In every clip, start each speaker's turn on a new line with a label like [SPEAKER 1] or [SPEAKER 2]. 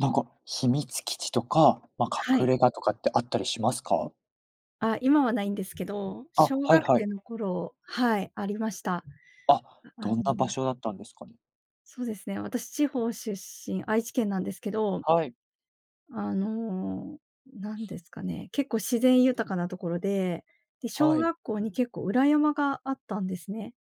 [SPEAKER 1] なんか、秘密基地とか、まあ、
[SPEAKER 2] は
[SPEAKER 1] 隠
[SPEAKER 2] い。
[SPEAKER 1] れ家とかってあったりしますか？
[SPEAKER 2] 今はないんですけど、
[SPEAKER 1] あ、
[SPEAKER 2] 小
[SPEAKER 1] はい
[SPEAKER 2] 学
[SPEAKER 1] はい。
[SPEAKER 2] 生の頃はい、ありました。あ
[SPEAKER 1] あ、
[SPEAKER 2] あ
[SPEAKER 1] どん
[SPEAKER 2] の、
[SPEAKER 1] な場所だったんですかね？
[SPEAKER 2] そうですね、私地方出身、愛知県なんですけど、
[SPEAKER 1] はい、
[SPEAKER 2] あの、なんですかね、結構自然豊かなところで、で、
[SPEAKER 1] は
[SPEAKER 2] 小
[SPEAKER 1] い。
[SPEAKER 2] 学校に結構裏山があったんですね。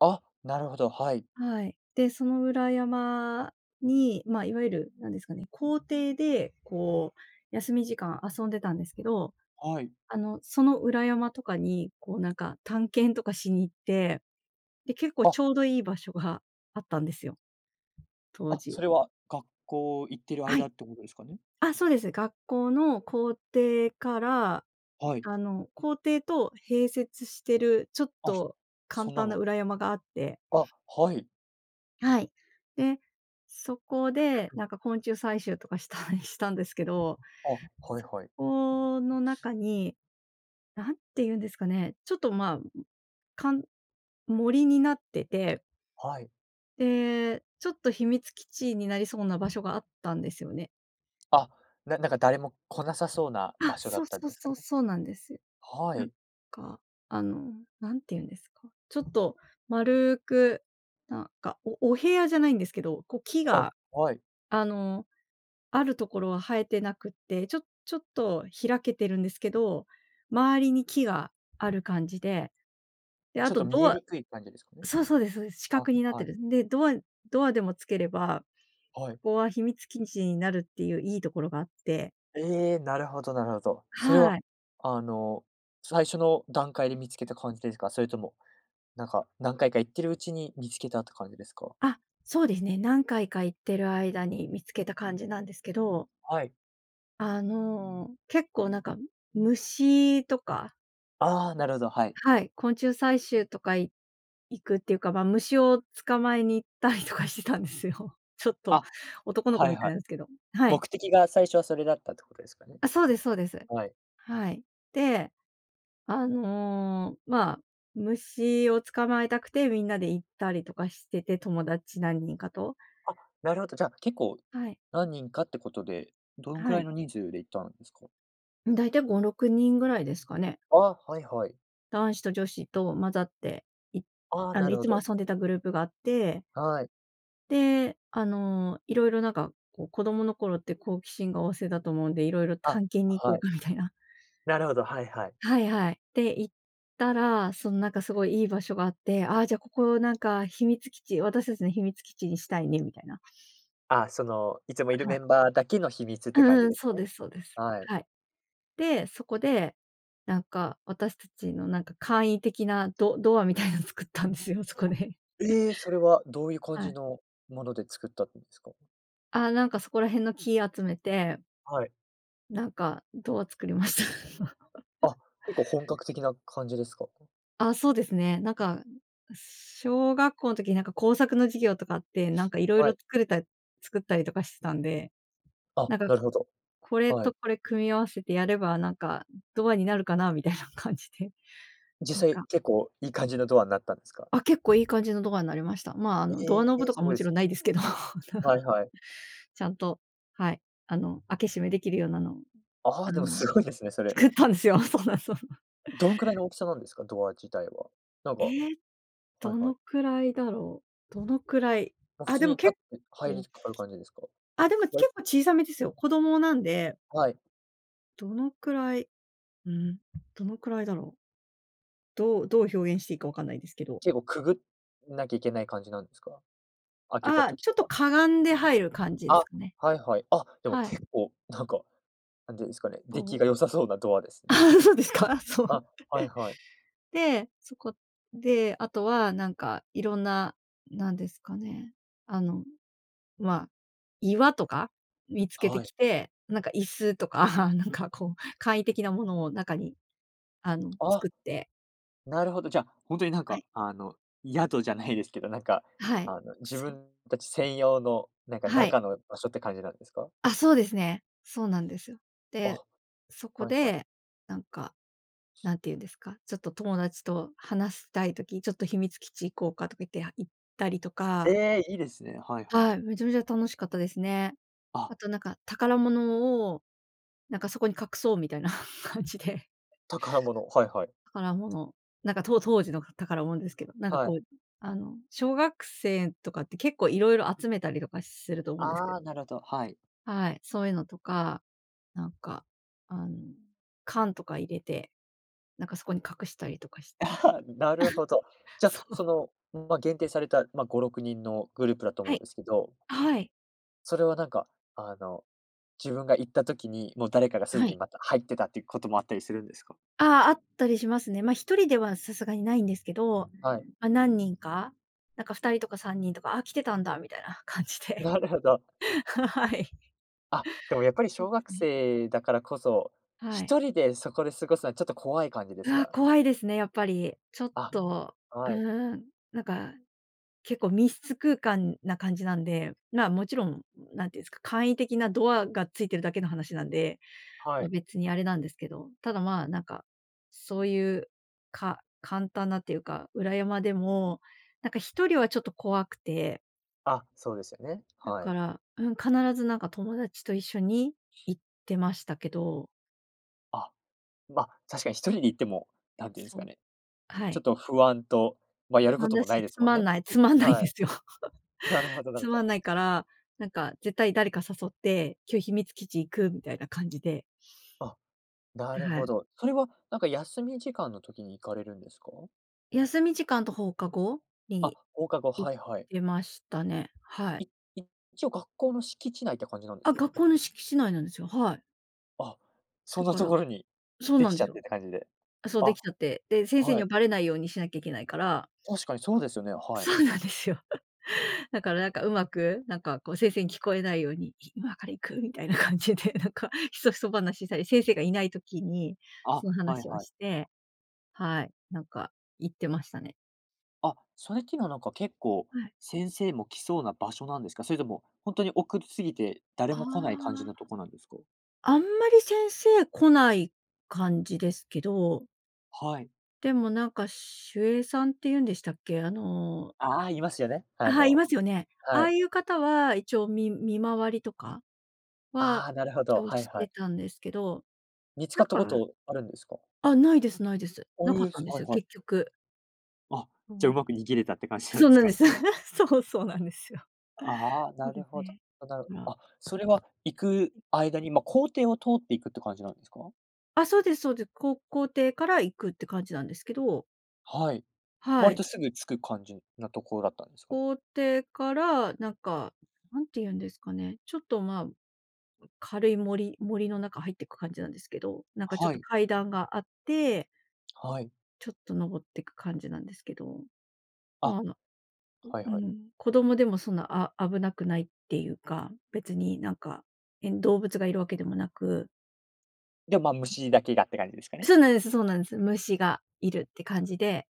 [SPEAKER 1] あ、なるほど、はい。
[SPEAKER 2] はい。で、その裏山に、まあ、いわゆるなんですかね、校庭でこう休み時間遊んでたんですけど、
[SPEAKER 1] はい。
[SPEAKER 2] その裏山とかにこうなんか探検とかしに行って、で、結構
[SPEAKER 1] あ、
[SPEAKER 2] ちょうどいい場所があったんですよ、当
[SPEAKER 1] あ、そ
[SPEAKER 2] 時。
[SPEAKER 1] れは学校行ってる
[SPEAKER 2] は
[SPEAKER 1] 間
[SPEAKER 2] い。
[SPEAKER 1] ってことですかね？
[SPEAKER 2] あ、そうです。学校の校庭から、
[SPEAKER 1] はい。
[SPEAKER 2] あの、校庭と併設してるちょっ
[SPEAKER 1] あ、
[SPEAKER 2] と簡
[SPEAKER 1] そんな
[SPEAKER 2] 単な
[SPEAKER 1] の、
[SPEAKER 2] 裏山があって、
[SPEAKER 1] あ、はい。
[SPEAKER 2] はい。で、そこでなんか昆虫採集とかしたり したんですけど、
[SPEAKER 1] あ、はい
[SPEAKER 2] そ
[SPEAKER 1] はい。
[SPEAKER 2] この中に、なんて言うんですかね、ちょっと、かん森になってて、
[SPEAKER 1] はい。
[SPEAKER 2] で、ちょっと秘密基地になりそうな場所があったんですよね。
[SPEAKER 1] あ、なんか誰も来なさそうな
[SPEAKER 2] あ、
[SPEAKER 1] 場所だ
[SPEAKER 2] そ
[SPEAKER 1] っ
[SPEAKER 2] う
[SPEAKER 1] たん
[SPEAKER 2] そう
[SPEAKER 1] ですか
[SPEAKER 2] そ
[SPEAKER 1] ね？
[SPEAKER 2] うそうなんですよ。
[SPEAKER 1] は
[SPEAKER 2] なん
[SPEAKER 1] い。
[SPEAKER 2] か、あの、なんて言うんですか、ちょっと丸く、お部屋じゃないんですけど、こう木
[SPEAKER 1] あ、
[SPEAKER 2] が、
[SPEAKER 1] はい。
[SPEAKER 2] あの、あるところは生えてなくって、ちょっと開けてるんですけど、周りに木がある感じで、で、あ
[SPEAKER 1] ちょっ
[SPEAKER 2] と
[SPEAKER 1] と見
[SPEAKER 2] ド
[SPEAKER 1] え
[SPEAKER 2] ア、
[SPEAKER 1] にくい感じですかね？
[SPEAKER 2] そうそうです、そうです。四
[SPEAKER 1] あ、
[SPEAKER 2] 角になって
[SPEAKER 1] はい、
[SPEAKER 2] る。で、ドアでもつければ、
[SPEAKER 1] は
[SPEAKER 2] こ
[SPEAKER 1] い。
[SPEAKER 2] こは秘密基地になるっていういいところがあって。
[SPEAKER 1] ええ、なるほど、なるほど。それは、
[SPEAKER 2] はい。
[SPEAKER 1] あの、最初の段階で見つけた感じですか？それとも、なんか、何回か行ってるうちに見つけたって感じですか？
[SPEAKER 2] あ、そうですね。何回か行ってる間に見つけた感じなんですけど、
[SPEAKER 1] はい。
[SPEAKER 2] あの、結構なんか虫とか、
[SPEAKER 1] ああ、なるほど、はい。
[SPEAKER 2] はい、昆虫採集とかい行くっていうか、ま、虫を捕まえに行ったりとかしてたんですよ。ちょっと
[SPEAKER 1] あ、
[SPEAKER 2] 男の子
[SPEAKER 1] はい
[SPEAKER 2] みたい
[SPEAKER 1] はい。
[SPEAKER 2] なんですけど。はい。
[SPEAKER 1] 目的が最初はそれだったってことですかね？
[SPEAKER 2] あ、そうですそうです。
[SPEAKER 1] はい。
[SPEAKER 2] はい。で、あの、まあ、虫を捕まえたくてみんなで行ったりとかしてて、友達何人かと。
[SPEAKER 1] あ、なるほど。じゃあ、結構
[SPEAKER 2] はい、
[SPEAKER 1] 何人かってことで、どんく
[SPEAKER 2] は
[SPEAKER 1] らい
[SPEAKER 2] い。
[SPEAKER 1] の人数で行ったんですか？
[SPEAKER 2] だいたい5、6人ぐらいですかね。
[SPEAKER 1] ああ、はいはい。
[SPEAKER 2] 男子と女子と混ざって、い
[SPEAKER 1] ああ、
[SPEAKER 2] あ
[SPEAKER 1] な
[SPEAKER 2] の、い
[SPEAKER 1] るほ
[SPEAKER 2] つも
[SPEAKER 1] ど。
[SPEAKER 2] 遊んでたグループがあって、
[SPEAKER 1] はい。
[SPEAKER 2] で、あの、いろいろなんか、こう、子供の頃って好奇心が旺盛だと思うんで、いろいろ
[SPEAKER 1] あ、
[SPEAKER 2] 探検に行こ
[SPEAKER 1] は
[SPEAKER 2] う
[SPEAKER 1] い。
[SPEAKER 2] かみたいな。
[SPEAKER 1] なるほど、はいはい。
[SPEAKER 2] はいはい。で、行ったら、そのなんかすごいいい場所があって、ああ、じゃあここなんか秘密基地、私たちの秘密基地にしたいねみたいな。
[SPEAKER 1] あ、その、いつもいる
[SPEAKER 2] はい。
[SPEAKER 1] メンバーだけの秘密っ
[SPEAKER 2] う
[SPEAKER 1] て感
[SPEAKER 2] ん
[SPEAKER 1] じ
[SPEAKER 2] うん、
[SPEAKER 1] です
[SPEAKER 2] そう
[SPEAKER 1] ね。
[SPEAKER 2] ですそうです。
[SPEAKER 1] はい。
[SPEAKER 2] はい。で、そこで、なんか私たちのなんか簡易的なドアみたいなの作ったんですよ、そこで。
[SPEAKER 1] ええ、それはどういう 感
[SPEAKER 2] はい。
[SPEAKER 1] じのもので作ったんですか？
[SPEAKER 2] あ、なんかそこら辺の木集めて、
[SPEAKER 1] はい。
[SPEAKER 2] なんかドア作りました。
[SPEAKER 1] あ、結構本格的な感じですか？
[SPEAKER 2] あ、そうですね。なんか、小学校の時なんか工作の授業とかあって、なんかいろいろ
[SPEAKER 1] はい。
[SPEAKER 2] 作ったりとかしてたんで、
[SPEAKER 1] あ、
[SPEAKER 2] なんか
[SPEAKER 1] なるほど。
[SPEAKER 2] これ
[SPEAKER 1] は
[SPEAKER 2] と
[SPEAKER 1] い。
[SPEAKER 2] これ組み合わせてやれば、なんかドアになるかなみたいな感じで、なん
[SPEAKER 1] 実際
[SPEAKER 2] か
[SPEAKER 1] 結構いい感じのドアになったんですか？
[SPEAKER 2] あ、結構いい感じのドアになりました。まあ、あの、ドア
[SPEAKER 1] え
[SPEAKER 2] ノブ
[SPEAKER 1] え、
[SPEAKER 2] と
[SPEAKER 1] す
[SPEAKER 2] か
[SPEAKER 1] ご
[SPEAKER 2] も
[SPEAKER 1] いで
[SPEAKER 2] ちろ
[SPEAKER 1] す
[SPEAKER 2] ん
[SPEAKER 1] ね。
[SPEAKER 2] ないですけど、なん
[SPEAKER 1] はい
[SPEAKER 2] か、
[SPEAKER 1] はい。
[SPEAKER 2] ちゃんと、はい、あの、開け閉めできるようなのを、
[SPEAKER 1] あ
[SPEAKER 2] あ
[SPEAKER 1] あ、でも
[SPEAKER 2] の、
[SPEAKER 1] すごいですね、それ。
[SPEAKER 2] 作ったんですよ。そうなんそうなん。
[SPEAKER 1] どんくらいの大きさなんですか？ドア自体は。なん か、は
[SPEAKER 2] ええ、
[SPEAKER 1] い
[SPEAKER 2] ど
[SPEAKER 1] はい。
[SPEAKER 2] のくらいだろう。どのくらい。
[SPEAKER 1] もう普
[SPEAKER 2] あ、
[SPEAKER 1] 通
[SPEAKER 2] で
[SPEAKER 1] に
[SPEAKER 2] も
[SPEAKER 1] 立っ
[SPEAKER 2] 結
[SPEAKER 1] て入り
[SPEAKER 2] 構
[SPEAKER 1] ある感じですか？
[SPEAKER 2] あ、でも結
[SPEAKER 1] 割
[SPEAKER 2] 構小さめですよ。子供なんで、
[SPEAKER 1] はい。
[SPEAKER 2] どのくらい、うん、どのくらいだろう。どう表現していいかわかんないですけど。
[SPEAKER 1] 結構くぐんなきゃいけない感じなんですか？開けた
[SPEAKER 2] あ、
[SPEAKER 1] 時
[SPEAKER 2] ちょっ
[SPEAKER 1] と
[SPEAKER 2] と
[SPEAKER 1] か。
[SPEAKER 2] かがんで入る感じです
[SPEAKER 1] あ、
[SPEAKER 2] かね。
[SPEAKER 1] はいはい。あ、でも
[SPEAKER 2] はい、
[SPEAKER 1] 結構なんか、なんていうんですかね、出来
[SPEAKER 2] そう。
[SPEAKER 1] が良さそうなドアです ね。
[SPEAKER 2] あ、そうですか？そう。
[SPEAKER 1] あ、はいはい。
[SPEAKER 2] で、そこで、あとはなんかいろんな、なんですかね、あの、まあ、岩とか見つけて
[SPEAKER 1] はい。
[SPEAKER 2] きて、なんか椅子とか、なんかこう簡易的なものを中に、あの、
[SPEAKER 1] あ、
[SPEAKER 2] 作って、
[SPEAKER 1] なるほど。じゃあ、本当になん
[SPEAKER 2] は
[SPEAKER 1] か、
[SPEAKER 2] い、
[SPEAKER 1] あの、宿じゃないですけど、なんか、
[SPEAKER 2] はい、
[SPEAKER 1] あの、自
[SPEAKER 2] そう、
[SPEAKER 1] 分たち専用の、なんか
[SPEAKER 2] はい。
[SPEAKER 1] 中の場所って感じなんですか？
[SPEAKER 2] あ、そうですね。そうなんですよ。で、
[SPEAKER 1] あ、
[SPEAKER 2] そこ
[SPEAKER 1] はいはい。
[SPEAKER 2] で、なんか、なんていうんですか、ちょっと友達と話したいときちょっと秘密基地行こうかとか言って、行ったりとか、
[SPEAKER 1] ええ、いいですね。はいは
[SPEAKER 2] は
[SPEAKER 1] い。
[SPEAKER 2] い、めちゃめちゃ楽しかったですね。
[SPEAKER 1] あ、
[SPEAKER 2] あとなんか宝物を、なんかそこに隠そうみたいな 感じで、
[SPEAKER 1] 宝物。はいはい。
[SPEAKER 2] 宝物、なんか当時の宝物ですけど、なんか
[SPEAKER 1] は
[SPEAKER 2] こ
[SPEAKER 1] い。
[SPEAKER 2] う、あの、小学生とかって結構いろいろ集めたりとかすると思うんですけ
[SPEAKER 1] あ
[SPEAKER 2] ど、
[SPEAKER 1] あ、なるほど、はい。
[SPEAKER 2] はい、そういうのとか、なんか、あの、缶とか入れて、なんかそこに隠したりとかしてました。
[SPEAKER 1] なるほど。じゃ、
[SPEAKER 2] そ
[SPEAKER 1] あ
[SPEAKER 2] う、
[SPEAKER 1] その、まあ、限定された、まあ、5、6人のグループだ と
[SPEAKER 2] は
[SPEAKER 1] 思うん
[SPEAKER 2] い、
[SPEAKER 1] ですけど、
[SPEAKER 2] はい。
[SPEAKER 1] それはなんか、あの、自分が行った時に、もう誰かがすで
[SPEAKER 2] は
[SPEAKER 1] に
[SPEAKER 2] い。
[SPEAKER 1] また入ってたっていうこともあったりするんですか？
[SPEAKER 2] ああ、あったりしますね。まあ、一人ではさすがにないんですけど、
[SPEAKER 1] はい。
[SPEAKER 2] まあ、何人か、なんか2人とか3人とか、あ、来てたんだみたいな感じ で。
[SPEAKER 1] なるほど。
[SPEAKER 2] はい。
[SPEAKER 1] あ、でもやっぱり
[SPEAKER 2] そう
[SPEAKER 1] 小
[SPEAKER 2] です
[SPEAKER 1] 学
[SPEAKER 2] ね。
[SPEAKER 1] 生だからこそ、
[SPEAKER 2] はい。
[SPEAKER 1] 一人でそこで過ごすのはちょっと怖い感じで
[SPEAKER 2] う
[SPEAKER 1] す
[SPEAKER 2] わ、
[SPEAKER 1] か？
[SPEAKER 2] 怖いですね、やっぱり。ちょっ
[SPEAKER 1] あ、
[SPEAKER 2] と、う
[SPEAKER 1] はい、
[SPEAKER 2] ーん、なんか結構密室空間な感じなんで、まあ、もちろん、なんていうんですか、簡易的なドアがついてるだけの話なんで、
[SPEAKER 1] は
[SPEAKER 2] まあ、
[SPEAKER 1] い。
[SPEAKER 2] 別にあれなんですけど、ただ、まあ、なんか、そういう、簡単なっていうか、裏山でも、なんか一人はちょっと怖くて、
[SPEAKER 1] あ、そうですよね。
[SPEAKER 2] だ
[SPEAKER 1] は
[SPEAKER 2] か
[SPEAKER 1] い。
[SPEAKER 2] ら、うん、必ずなんか友達と一緒に行ってましたけど、
[SPEAKER 1] あ、まあ、確かに一人で行っても、なんていうんです
[SPEAKER 2] そ
[SPEAKER 1] か
[SPEAKER 2] う、
[SPEAKER 1] ね、
[SPEAKER 2] は
[SPEAKER 1] ちょっ
[SPEAKER 2] い。
[SPEAKER 1] と不安と、まあ、
[SPEAKER 2] 不
[SPEAKER 1] やるこ
[SPEAKER 2] 安
[SPEAKER 1] と
[SPEAKER 2] だ
[SPEAKER 1] もない
[SPEAKER 2] し、
[SPEAKER 1] ですもんね。
[SPEAKER 2] つまんないん
[SPEAKER 1] は
[SPEAKER 2] で
[SPEAKER 1] い。
[SPEAKER 2] すよ。
[SPEAKER 1] なるほ ど、な
[SPEAKER 2] つ
[SPEAKER 1] るほ
[SPEAKER 2] ま
[SPEAKER 1] ど。
[SPEAKER 2] んないから、なんか絶対誰か誘って、今日秘密基地行くみたいな感じで、
[SPEAKER 1] あ、なる
[SPEAKER 2] は
[SPEAKER 1] ほ
[SPEAKER 2] い。
[SPEAKER 1] ど。それはなんか休み時間の時に行かれるんですか？
[SPEAKER 2] 休み時間と放課後
[SPEAKER 1] あ、
[SPEAKER 2] に
[SPEAKER 1] 放課後、はいはい。
[SPEAKER 2] 出ましたね。はい。
[SPEAKER 1] い一応学校の敷地内って感じなんで
[SPEAKER 2] あ、
[SPEAKER 1] すか？
[SPEAKER 2] 学校の敷地内なんですよ。はい。
[SPEAKER 1] あ、そ
[SPEAKER 2] だ
[SPEAKER 1] んな
[SPEAKER 2] か
[SPEAKER 1] と
[SPEAKER 2] ら
[SPEAKER 1] ころに
[SPEAKER 2] そう
[SPEAKER 1] で
[SPEAKER 2] な
[SPEAKER 1] き
[SPEAKER 2] んで
[SPEAKER 1] ちゃ
[SPEAKER 2] す
[SPEAKER 1] っ
[SPEAKER 2] よ。
[SPEAKER 1] てって感じで。
[SPEAKER 2] あ、そう、で
[SPEAKER 1] あ、
[SPEAKER 2] きちゃって。で、先生に
[SPEAKER 1] は
[SPEAKER 2] は
[SPEAKER 1] い。
[SPEAKER 2] バレないようにしなきゃいけないから、
[SPEAKER 1] 確かにそうですよね、はい。
[SPEAKER 2] そうなんですよ。だからなんかうまく、なんかこう先生に聞こえないように、今から行くみたいな感じで、なんかひそひそ話したり、先生がいない時に
[SPEAKER 1] あ、
[SPEAKER 2] その
[SPEAKER 1] はい
[SPEAKER 2] 話を
[SPEAKER 1] はい。
[SPEAKER 2] して、はい、なんか行ってましたね。
[SPEAKER 1] あ、それっていうのはなんか結構、
[SPEAKER 2] はい。
[SPEAKER 1] 先生も来そうな場所なんですか？それとも、本当に奥すぎて、誰
[SPEAKER 2] あ
[SPEAKER 1] も来ない感じのと
[SPEAKER 2] あ。
[SPEAKER 1] こなんですか？
[SPEAKER 2] あんまり先生来ない感じですけど、
[SPEAKER 1] はい。
[SPEAKER 2] でもなんか守衛さんっていうんでしたっけ？あの、
[SPEAKER 1] ああ、いますよね。
[SPEAKER 2] あ、
[SPEAKER 1] あ
[SPEAKER 2] はい、い
[SPEAKER 1] の、
[SPEAKER 2] ますよね。
[SPEAKER 1] は
[SPEAKER 2] ああ
[SPEAKER 1] い。
[SPEAKER 2] いう方は一応見回りとかは
[SPEAKER 1] ああ、なるほ
[SPEAKER 2] 一
[SPEAKER 1] ど、
[SPEAKER 2] 応
[SPEAKER 1] はい
[SPEAKER 2] し
[SPEAKER 1] は
[SPEAKER 2] て
[SPEAKER 1] い。
[SPEAKER 2] たんですけど、
[SPEAKER 1] 見つ
[SPEAKER 2] な
[SPEAKER 1] か
[SPEAKER 2] ん
[SPEAKER 1] ったこ
[SPEAKER 2] か
[SPEAKER 1] とあるんですか？
[SPEAKER 2] あ、ないです。
[SPEAKER 1] お
[SPEAKER 2] な
[SPEAKER 1] え
[SPEAKER 2] かっ
[SPEAKER 1] ー、
[SPEAKER 2] たんで
[SPEAKER 1] は
[SPEAKER 2] す
[SPEAKER 1] い
[SPEAKER 2] よ、
[SPEAKER 1] はい。
[SPEAKER 2] 結局。
[SPEAKER 1] あ、
[SPEAKER 2] う
[SPEAKER 1] じゃ、う
[SPEAKER 2] ん。
[SPEAKER 1] まく逃げれたって感じなん
[SPEAKER 2] そう
[SPEAKER 1] です
[SPEAKER 2] なん
[SPEAKER 1] か？
[SPEAKER 2] です。そうなんですよ。
[SPEAKER 1] ああ、
[SPEAKER 2] そう
[SPEAKER 1] な
[SPEAKER 2] で
[SPEAKER 1] る
[SPEAKER 2] す
[SPEAKER 1] ほど。
[SPEAKER 2] ね。だから
[SPEAKER 1] あ、それは行く間に、ま、行程を通っていくって感じなんですか？
[SPEAKER 2] あ、そうですそうです。校庭から行くって感じなんですけど、
[SPEAKER 1] はい。
[SPEAKER 2] は
[SPEAKER 1] 割と
[SPEAKER 2] い。
[SPEAKER 1] すぐ着く感じなところだったんですかね？
[SPEAKER 2] 校庭からなんか、なんて言うんですかね、ちょっと、まあ、軽い森の中入ってく感じなんですけど、なんかちょっ
[SPEAKER 1] は
[SPEAKER 2] と
[SPEAKER 1] い、
[SPEAKER 2] 階段があって
[SPEAKER 1] はい。
[SPEAKER 2] ちょっと登ってく感じなんですけど、まあ、
[SPEAKER 1] あ、
[SPEAKER 2] あの、
[SPEAKER 1] はい
[SPEAKER 2] う
[SPEAKER 1] はい。
[SPEAKER 2] ん、子供でもそんな、危なくないっていうか、別になんか、動物がいるわけでもなく、
[SPEAKER 1] で、ま、虫だけがって感じですかね？
[SPEAKER 2] そうなんですそうなんです。虫がいるって感じで、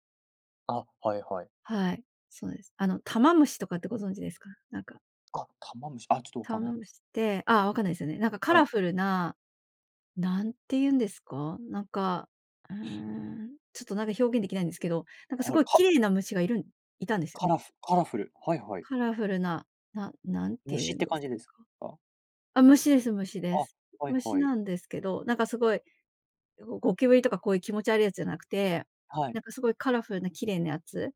[SPEAKER 1] あ、はいはい。
[SPEAKER 2] はい、そうです。あの、タマムシとかってご存知ですか？なんか、
[SPEAKER 1] あ、玉虫、あ、ちょっとわか
[SPEAKER 2] タ
[SPEAKER 1] んな
[SPEAKER 2] マ
[SPEAKER 1] いで
[SPEAKER 2] ム
[SPEAKER 1] す。
[SPEAKER 2] シって、ああ、わかんないですよね。なんかカ
[SPEAKER 1] は
[SPEAKER 2] ラ
[SPEAKER 1] い、
[SPEAKER 2] フルな、なんて言うんですか？なんか、うーん、ちょっとなんか表現できないんですけど、なんかす
[SPEAKER 1] は
[SPEAKER 2] ご
[SPEAKER 1] い、
[SPEAKER 2] い綺
[SPEAKER 1] カ、
[SPEAKER 2] 麗な虫がいるんいたんですよね。
[SPEAKER 1] カラフル、はいはい。
[SPEAKER 2] カラフルな、なんて言
[SPEAKER 1] 虫
[SPEAKER 2] う
[SPEAKER 1] っ
[SPEAKER 2] ん
[SPEAKER 1] て
[SPEAKER 2] で
[SPEAKER 1] 感じ
[SPEAKER 2] す、
[SPEAKER 1] ですか？
[SPEAKER 2] あ、虫です虫で
[SPEAKER 1] あ、
[SPEAKER 2] す。
[SPEAKER 1] はい
[SPEAKER 2] 虫
[SPEAKER 1] はい。
[SPEAKER 2] なんですけど、なんかすごい、ゴキブリとかこういう気持ち悪いやつじゃなくて、
[SPEAKER 1] はい。
[SPEAKER 2] なんかすごいカラフルな綺麗なやつ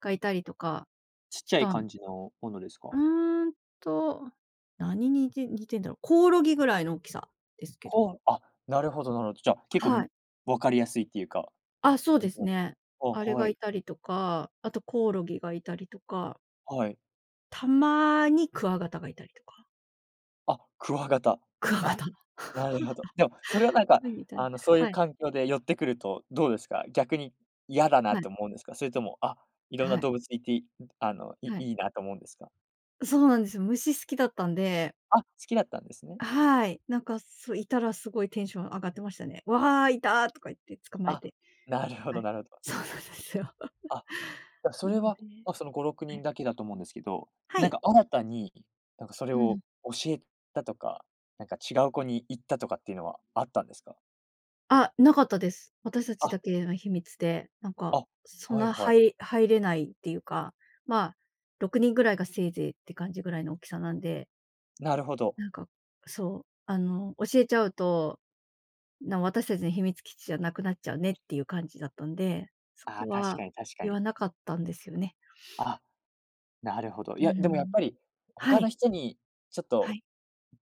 [SPEAKER 2] がいたりとか
[SPEAKER 1] ちっ
[SPEAKER 2] し
[SPEAKER 1] ちゃい
[SPEAKER 2] たん
[SPEAKER 1] 感じのものです
[SPEAKER 2] う
[SPEAKER 1] か？
[SPEAKER 2] ーんと何にて似てんだろう、コオロギぐらいの大きさですけど。
[SPEAKER 1] あ、なるほど、なるほど。じゃあ、結構
[SPEAKER 2] はい。
[SPEAKER 1] 分かりやすいっていうか、
[SPEAKER 2] あ、そう
[SPEAKER 1] 感
[SPEAKER 2] で
[SPEAKER 1] じ
[SPEAKER 2] す
[SPEAKER 1] なん
[SPEAKER 2] ね。
[SPEAKER 1] あ、
[SPEAKER 2] あれが
[SPEAKER 1] は
[SPEAKER 2] い
[SPEAKER 1] い、
[SPEAKER 2] たりとか、あとコオロギがいたりとか、
[SPEAKER 1] はい。
[SPEAKER 2] たまにクワガタがいたりとか。
[SPEAKER 1] あ、クワガタ。
[SPEAKER 2] クワガ
[SPEAKER 1] あ、
[SPEAKER 2] タ。
[SPEAKER 1] なる ほど。でも、それはなんか、
[SPEAKER 2] そうのいな、
[SPEAKER 1] あの、そうい
[SPEAKER 2] は
[SPEAKER 1] う
[SPEAKER 2] い、
[SPEAKER 1] 環境で寄ってくると、どうですか？逆に嫌だな
[SPEAKER 2] は
[SPEAKER 1] っ
[SPEAKER 2] い、
[SPEAKER 1] て思うんですか？それとも、あ、いろん
[SPEAKER 2] は
[SPEAKER 1] な
[SPEAKER 2] い、
[SPEAKER 1] 動物いて、あの、い
[SPEAKER 2] はい。
[SPEAKER 1] いいなと思うんですか？
[SPEAKER 2] そうなんですよ。虫好きだったんで、
[SPEAKER 1] あ、好きだったんですね。
[SPEAKER 2] はい。なんか、そう、いたらすごいテンション上がってましたね。「わあ、いた」とか言って捕まえ
[SPEAKER 1] あ、
[SPEAKER 2] て、
[SPEAKER 1] なるほ
[SPEAKER 2] は
[SPEAKER 1] ど、
[SPEAKER 2] い。
[SPEAKER 1] なるほ ど。
[SPEAKER 2] そうなんですよ。
[SPEAKER 1] あ、じゃ、そ
[SPEAKER 2] な
[SPEAKER 1] れ
[SPEAKER 2] の
[SPEAKER 1] は、
[SPEAKER 2] で、
[SPEAKER 1] まあ、その5、6
[SPEAKER 2] は
[SPEAKER 1] 人
[SPEAKER 2] い。
[SPEAKER 1] だけだと思うんですけど、
[SPEAKER 2] は
[SPEAKER 1] なん
[SPEAKER 2] い。
[SPEAKER 1] か新たに、なんかそれ
[SPEAKER 2] う
[SPEAKER 1] を
[SPEAKER 2] ん。
[SPEAKER 1] 教えたとか、なんか違う子に行ったとかっていうのはあったんですか？
[SPEAKER 2] あ、なかったです。私た
[SPEAKER 1] あ、
[SPEAKER 2] ちだけの秘密で、なんか、
[SPEAKER 1] あ、
[SPEAKER 2] そん
[SPEAKER 1] はい
[SPEAKER 2] な
[SPEAKER 1] はい。
[SPEAKER 2] 入れないっていうか、まあ、6人ぐらいがせいぜいって感じぐらいの大きさなんで、
[SPEAKER 1] なるほど。
[SPEAKER 2] なんか、そう、あの、教えちゃうと、私たちの秘密基地じゃなくなっちゃうねっていう感じだったんで、そ
[SPEAKER 1] あ
[SPEAKER 2] こ
[SPEAKER 1] あ、確
[SPEAKER 2] は
[SPEAKER 1] かに、確か
[SPEAKER 2] 言わ
[SPEAKER 1] に。
[SPEAKER 2] なかったんですよね。
[SPEAKER 1] あ、なるほど。い
[SPEAKER 2] う
[SPEAKER 1] や、でもやっ
[SPEAKER 2] ん。
[SPEAKER 1] ぱり、
[SPEAKER 2] は
[SPEAKER 1] 他の
[SPEAKER 2] い。
[SPEAKER 1] 人にちょっ
[SPEAKER 2] は
[SPEAKER 1] と
[SPEAKER 2] い。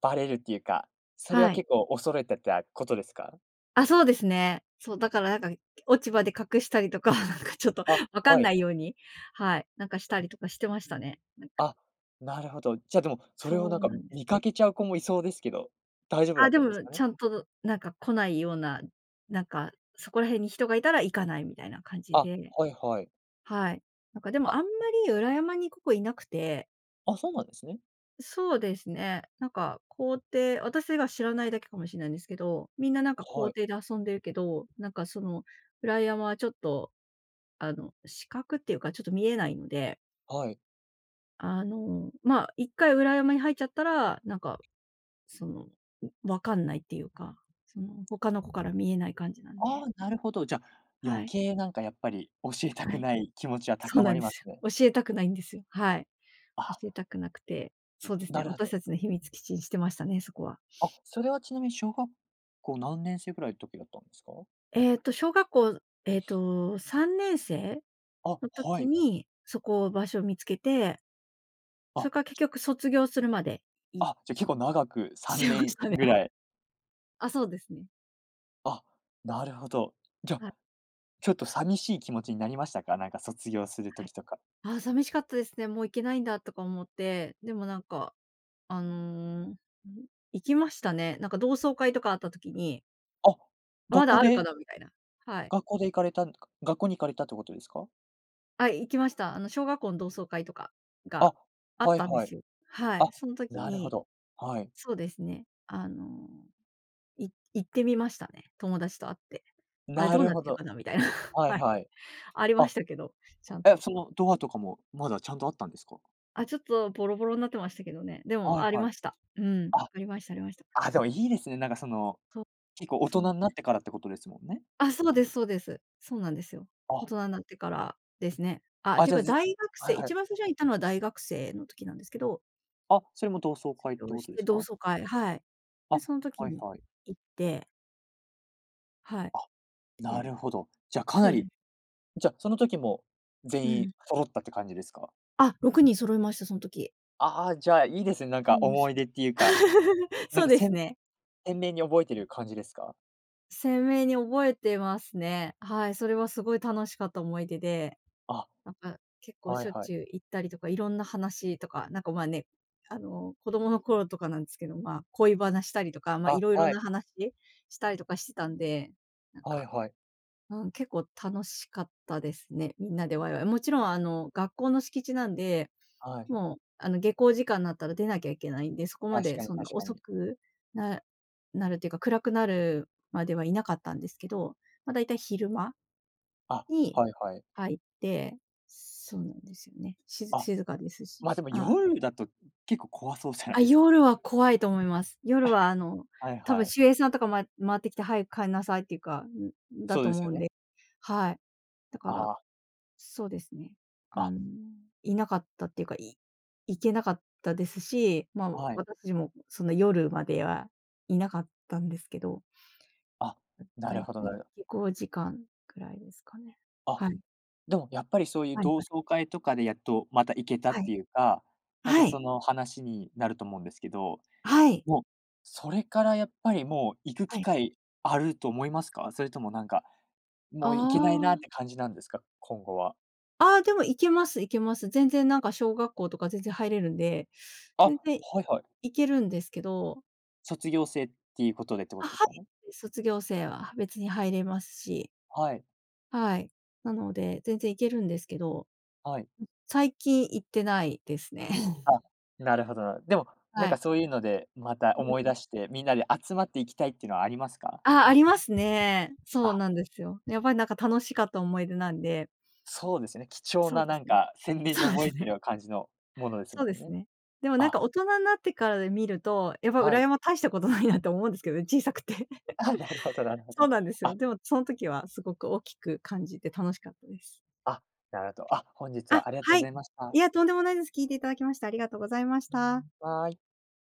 [SPEAKER 1] バレるっていうか、それは
[SPEAKER 2] はい。
[SPEAKER 1] 結構恐れてたことですか？
[SPEAKER 2] あ、そうですね。そう、だからなんか、落ち葉で隠したりとか、なんかちょっと
[SPEAKER 1] あ、
[SPEAKER 2] わかん
[SPEAKER 1] は
[SPEAKER 2] な
[SPEAKER 1] い。
[SPEAKER 2] いように、はい、なんかしたりとかしてましたね。なんか、
[SPEAKER 1] あ、なるほど。じゃあ、でも、それを
[SPEAKER 2] そ
[SPEAKER 1] なん
[SPEAKER 2] う
[SPEAKER 1] か
[SPEAKER 2] なんで
[SPEAKER 1] 見
[SPEAKER 2] す。
[SPEAKER 1] かけちゃう子もいそうですけど、大丈夫だ
[SPEAKER 2] あ、
[SPEAKER 1] っ
[SPEAKER 2] で
[SPEAKER 1] たんです
[SPEAKER 2] も
[SPEAKER 1] かね？
[SPEAKER 2] ちゃんとなんか来ないような、なんか、そこら辺に人がいたら行かないみたいな感じ
[SPEAKER 1] あ、
[SPEAKER 2] で、
[SPEAKER 1] はいはい。
[SPEAKER 2] はい。なんかでも
[SPEAKER 1] あ、
[SPEAKER 2] あんまり裏山にここいなくて、
[SPEAKER 1] あ、そうなんですね。
[SPEAKER 2] そうですね。なんか校庭、私が知らないだけかもしれないんですけど、みんななんか
[SPEAKER 1] は
[SPEAKER 2] 校
[SPEAKER 1] い、
[SPEAKER 2] 庭で遊んでるけど、なんかその裏山はちょっと、あの、死角っていうかちょっと見えないので、
[SPEAKER 1] はい。
[SPEAKER 2] あの、まあ、一回裏山に入っちゃったら、なんかその、わかんないっていうか、その他の子から見えない感じなん
[SPEAKER 1] あ
[SPEAKER 2] で、
[SPEAKER 1] あ、なるほど。じゃあ、
[SPEAKER 2] は
[SPEAKER 1] 余
[SPEAKER 2] い、
[SPEAKER 1] 計なんかやっぱり教えた
[SPEAKER 2] は
[SPEAKER 1] く
[SPEAKER 2] い。
[SPEAKER 1] ない気持ちは
[SPEAKER 2] そう
[SPEAKER 1] 高
[SPEAKER 2] な
[SPEAKER 1] ま
[SPEAKER 2] ん
[SPEAKER 1] り
[SPEAKER 2] で
[SPEAKER 1] ます
[SPEAKER 2] す
[SPEAKER 1] ね。
[SPEAKER 2] よ。教えたくないんですよ。はい。
[SPEAKER 1] あ、
[SPEAKER 2] 教えたくなくて、そうです
[SPEAKER 1] な
[SPEAKER 2] ね、
[SPEAKER 1] るほ
[SPEAKER 2] 私
[SPEAKER 1] ど。
[SPEAKER 2] たちの秘密基地にしてましたね、そこは。
[SPEAKER 1] あ、それはちなみに小学校何年生ぐらいの時だったんですか？
[SPEAKER 2] 小学校、3年生
[SPEAKER 1] あ、
[SPEAKER 2] の
[SPEAKER 1] は
[SPEAKER 2] 時
[SPEAKER 1] い。
[SPEAKER 2] に、そこ、場所を見つけて、そ
[SPEAKER 1] あ、
[SPEAKER 2] れから結局卒業するまでい
[SPEAKER 1] あ、じゃ、結構長く
[SPEAKER 2] し
[SPEAKER 1] 3
[SPEAKER 2] てまし
[SPEAKER 1] 年
[SPEAKER 2] たね。
[SPEAKER 1] ぐ らい。
[SPEAKER 2] あ、あ、そうですね。
[SPEAKER 1] あ、なるほど。じゃ
[SPEAKER 2] は
[SPEAKER 1] あ、
[SPEAKER 2] い、
[SPEAKER 1] ちょっと寂しい気持ちになりましたか？なんか卒業する
[SPEAKER 2] は
[SPEAKER 1] 時
[SPEAKER 2] い。
[SPEAKER 1] とか。
[SPEAKER 2] あ、寂しかったですね。もう行けないんだとか思って、でもなんか、あの、行きましたね。なんか同窓会とかあった時に、
[SPEAKER 1] あ、
[SPEAKER 2] ま
[SPEAKER 1] 学
[SPEAKER 2] だ
[SPEAKER 1] 校
[SPEAKER 2] あるか
[SPEAKER 1] で、
[SPEAKER 2] なみたいな。はい。
[SPEAKER 1] 学校で行かれたん学校に行かれたってことですか？
[SPEAKER 2] あ、行きました。あの、小学校の同窓会とかが
[SPEAKER 1] あ、
[SPEAKER 2] あっ
[SPEAKER 1] はい
[SPEAKER 2] たんで
[SPEAKER 1] は
[SPEAKER 2] す
[SPEAKER 1] い。
[SPEAKER 2] よ。はい。
[SPEAKER 1] あ、
[SPEAKER 2] その時
[SPEAKER 1] なるほ
[SPEAKER 2] に
[SPEAKER 1] ど。はい。
[SPEAKER 2] そうですね、あのい行ってみましたね、友達と会って。あれ
[SPEAKER 1] な
[SPEAKER 2] どう
[SPEAKER 1] る
[SPEAKER 2] なっ
[SPEAKER 1] ほ
[SPEAKER 2] てる
[SPEAKER 1] ど。
[SPEAKER 2] かなみたいな。
[SPEAKER 1] はい
[SPEAKER 2] はい。
[SPEAKER 1] はい。
[SPEAKER 2] ありま
[SPEAKER 1] あ、
[SPEAKER 2] したけど、ちゃん
[SPEAKER 1] え、
[SPEAKER 2] と。
[SPEAKER 1] そのドアとかもまだちゃんとあったんですか？
[SPEAKER 2] あ、ちょっとボロボロになってましたけどね。でも
[SPEAKER 1] は
[SPEAKER 2] あ
[SPEAKER 1] い
[SPEAKER 2] り
[SPEAKER 1] はい。
[SPEAKER 2] ました。うん、
[SPEAKER 1] あ、
[SPEAKER 2] ありました。
[SPEAKER 1] あ、でもいいですね。なんかその、
[SPEAKER 2] そう、
[SPEAKER 1] 結構大
[SPEAKER 2] そうなん
[SPEAKER 1] 人になってからってことですもんね。
[SPEAKER 2] あ、そうです。そうなんですよ。大
[SPEAKER 1] あ、
[SPEAKER 2] 人になってからですね。あ、
[SPEAKER 1] あ、
[SPEAKER 2] ていう
[SPEAKER 1] じゃあ、
[SPEAKER 2] か大学
[SPEAKER 1] は
[SPEAKER 2] 生、
[SPEAKER 1] いは
[SPEAKER 2] 一
[SPEAKER 1] い。
[SPEAKER 2] 番最初に行ったのは大学生の時なんですけど、
[SPEAKER 1] あ、それも同窓
[SPEAKER 2] 卒
[SPEAKER 1] 会って
[SPEAKER 2] 業
[SPEAKER 1] こ
[SPEAKER 2] し
[SPEAKER 1] とで
[SPEAKER 2] て
[SPEAKER 1] す
[SPEAKER 2] 同
[SPEAKER 1] か？
[SPEAKER 2] 窓会、はい。で、
[SPEAKER 1] あ、
[SPEAKER 2] その時
[SPEAKER 1] はい
[SPEAKER 2] に
[SPEAKER 1] はい。
[SPEAKER 2] 行って、はい。
[SPEAKER 1] あ、なる
[SPEAKER 2] で、
[SPEAKER 1] ほど。じゃあ、か
[SPEAKER 2] そ
[SPEAKER 1] な
[SPEAKER 2] うで
[SPEAKER 1] り、
[SPEAKER 2] す。
[SPEAKER 1] じゃあ、その時も全
[SPEAKER 2] う
[SPEAKER 1] 員
[SPEAKER 2] ん。
[SPEAKER 1] 揃ったって感じですか？
[SPEAKER 2] あ、6人揃いました、その時。
[SPEAKER 1] ああ、じゃあ、いいですね、なん
[SPEAKER 2] そう
[SPEAKER 1] か
[SPEAKER 2] なんです
[SPEAKER 1] 思い
[SPEAKER 2] よ。
[SPEAKER 1] 出っていうか、な
[SPEAKER 2] そ
[SPEAKER 1] ん
[SPEAKER 2] う
[SPEAKER 1] か
[SPEAKER 2] ですね。
[SPEAKER 1] 鮮明に覚えてる感じですか？
[SPEAKER 2] 鮮明に覚えてますね。はい、それはすごい楽しかった思い出で、
[SPEAKER 1] あ、
[SPEAKER 2] なんか結構
[SPEAKER 1] はい
[SPEAKER 2] しょっ
[SPEAKER 1] はい。
[SPEAKER 2] ちゅう行ったりとか、いろんな話とか、なんかまあね、あの、子供の頃とかなんですけど、まあ、恋バナしたりとか、まあ、い
[SPEAKER 1] あ、
[SPEAKER 2] ろいろ
[SPEAKER 1] は
[SPEAKER 2] な
[SPEAKER 1] い。
[SPEAKER 2] 話したりとかしてたんで、なん
[SPEAKER 1] は
[SPEAKER 2] か、
[SPEAKER 1] いはい。
[SPEAKER 2] うん、結構楽しかったですね、みんなでワイワイ。もちろんあの、学校の敷地なんで
[SPEAKER 1] はい。
[SPEAKER 2] もう、あの、下校時間になったら出なきゃいけないんで、そこま
[SPEAKER 1] 確
[SPEAKER 2] で
[SPEAKER 1] かに、
[SPEAKER 2] そんな
[SPEAKER 1] 確か
[SPEAKER 2] 遅
[SPEAKER 1] に。
[SPEAKER 2] くななるっていうか、暗くなるまではいなかったんですけど、ま、だいたい昼間
[SPEAKER 1] あ、
[SPEAKER 2] に
[SPEAKER 1] はいはい。
[SPEAKER 2] 入って、そうなんですよね。しず
[SPEAKER 1] あ、
[SPEAKER 2] 静かですし。
[SPEAKER 1] ま、あ、でも
[SPEAKER 2] ああ、
[SPEAKER 1] 夜だと結構怖そうじゃない
[SPEAKER 2] あ、
[SPEAKER 1] ですか。
[SPEAKER 2] 夜は怖いと思います。夜は、あの、
[SPEAKER 1] はい
[SPEAKER 2] 多分
[SPEAKER 1] はい。
[SPEAKER 2] 守衛さんとか回ってきて、「早く帰んなさい」っていうか、だ
[SPEAKER 1] そう
[SPEAKER 2] と
[SPEAKER 1] です
[SPEAKER 2] 思う
[SPEAKER 1] よ
[SPEAKER 2] ん
[SPEAKER 1] ね。
[SPEAKER 2] で、はい。だから
[SPEAKER 1] ああ、
[SPEAKER 2] そうですね。あ
[SPEAKER 1] あ、
[SPEAKER 2] の、いなかったっていうか、行けなかったですし、まあ、
[SPEAKER 1] はい。
[SPEAKER 2] 私たちもその夜まではいなかったんですけど、
[SPEAKER 1] あ、な
[SPEAKER 2] だ
[SPEAKER 1] る
[SPEAKER 2] い
[SPEAKER 1] ほど、
[SPEAKER 2] た
[SPEAKER 1] な
[SPEAKER 2] い
[SPEAKER 1] るほど。
[SPEAKER 2] 下校時間くらいですかね。
[SPEAKER 1] あ、
[SPEAKER 2] はい。
[SPEAKER 1] でもやっぱりそういう
[SPEAKER 2] はい
[SPEAKER 1] 同
[SPEAKER 2] は
[SPEAKER 1] 窓
[SPEAKER 2] い。
[SPEAKER 1] 会とかでやっとまた行けたっ
[SPEAKER 2] は
[SPEAKER 1] て
[SPEAKER 2] い。
[SPEAKER 1] いうか、また
[SPEAKER 2] は
[SPEAKER 1] その話になると思うんですけど、
[SPEAKER 2] い。
[SPEAKER 1] もうそれからやっぱりもう行く
[SPEAKER 2] は
[SPEAKER 1] 機
[SPEAKER 2] い。
[SPEAKER 1] 会あると思いますか？それともなんか、
[SPEAKER 2] あ
[SPEAKER 1] もう行けないなっ
[SPEAKER 2] あ。
[SPEAKER 1] て感じなんですか？今後は。
[SPEAKER 2] ああ、でも行けます。全然なんか小学校とか全然入れるんで、
[SPEAKER 1] あ、
[SPEAKER 2] 全然
[SPEAKER 1] はいはい。
[SPEAKER 2] 行けるんですけど、
[SPEAKER 1] 卒業生っていうことでってこ
[SPEAKER 2] あ、
[SPEAKER 1] とです
[SPEAKER 2] は
[SPEAKER 1] か
[SPEAKER 2] い。
[SPEAKER 1] ね？
[SPEAKER 2] 卒業生は別に入れますし。
[SPEAKER 1] はい、
[SPEAKER 2] はい。なので、全然行けるんですけど、
[SPEAKER 1] はい。
[SPEAKER 2] 最近行ってないですね。
[SPEAKER 1] あ、なるほどな。でも、なん
[SPEAKER 2] は
[SPEAKER 1] か
[SPEAKER 2] い。
[SPEAKER 1] そういうので、また思い出して、みんなで集まって行きたいっていうのはありますか？
[SPEAKER 2] あ、ありますね。そう
[SPEAKER 1] あ。
[SPEAKER 2] なんですよ。やっぱりなんか楽しかった思い出なんで、
[SPEAKER 1] そうですね、貴重
[SPEAKER 2] そう
[SPEAKER 1] な
[SPEAKER 2] で
[SPEAKER 1] な
[SPEAKER 2] す
[SPEAKER 1] ん
[SPEAKER 2] ね。
[SPEAKER 1] か鮮 明に
[SPEAKER 2] そうで
[SPEAKER 1] 覚え
[SPEAKER 2] す
[SPEAKER 1] て
[SPEAKER 2] ね。
[SPEAKER 1] る感じのものです
[SPEAKER 2] そうで
[SPEAKER 1] もん
[SPEAKER 2] す
[SPEAKER 1] ね。
[SPEAKER 2] ね。でもなん
[SPEAKER 1] あ、
[SPEAKER 2] か大人になってからで見ると、やっぱ
[SPEAKER 1] は
[SPEAKER 2] 裏
[SPEAKER 1] い。
[SPEAKER 2] 山大したことないなって思うんですけどね、小さくて。
[SPEAKER 1] あ、なるほど、なるほ
[SPEAKER 2] そ
[SPEAKER 1] ど。
[SPEAKER 2] うなんですよ。
[SPEAKER 1] あ、
[SPEAKER 2] でもその時はすごく大きく感じて楽しかったです。
[SPEAKER 1] あ、なるほど。あ、本日
[SPEAKER 2] あ、
[SPEAKER 1] はありがと
[SPEAKER 2] は
[SPEAKER 1] うご
[SPEAKER 2] い。
[SPEAKER 1] ざいまし
[SPEAKER 2] い
[SPEAKER 1] た。
[SPEAKER 2] や、とんでもないです。聞いていただきましてありがとうございました。
[SPEAKER 1] バイ。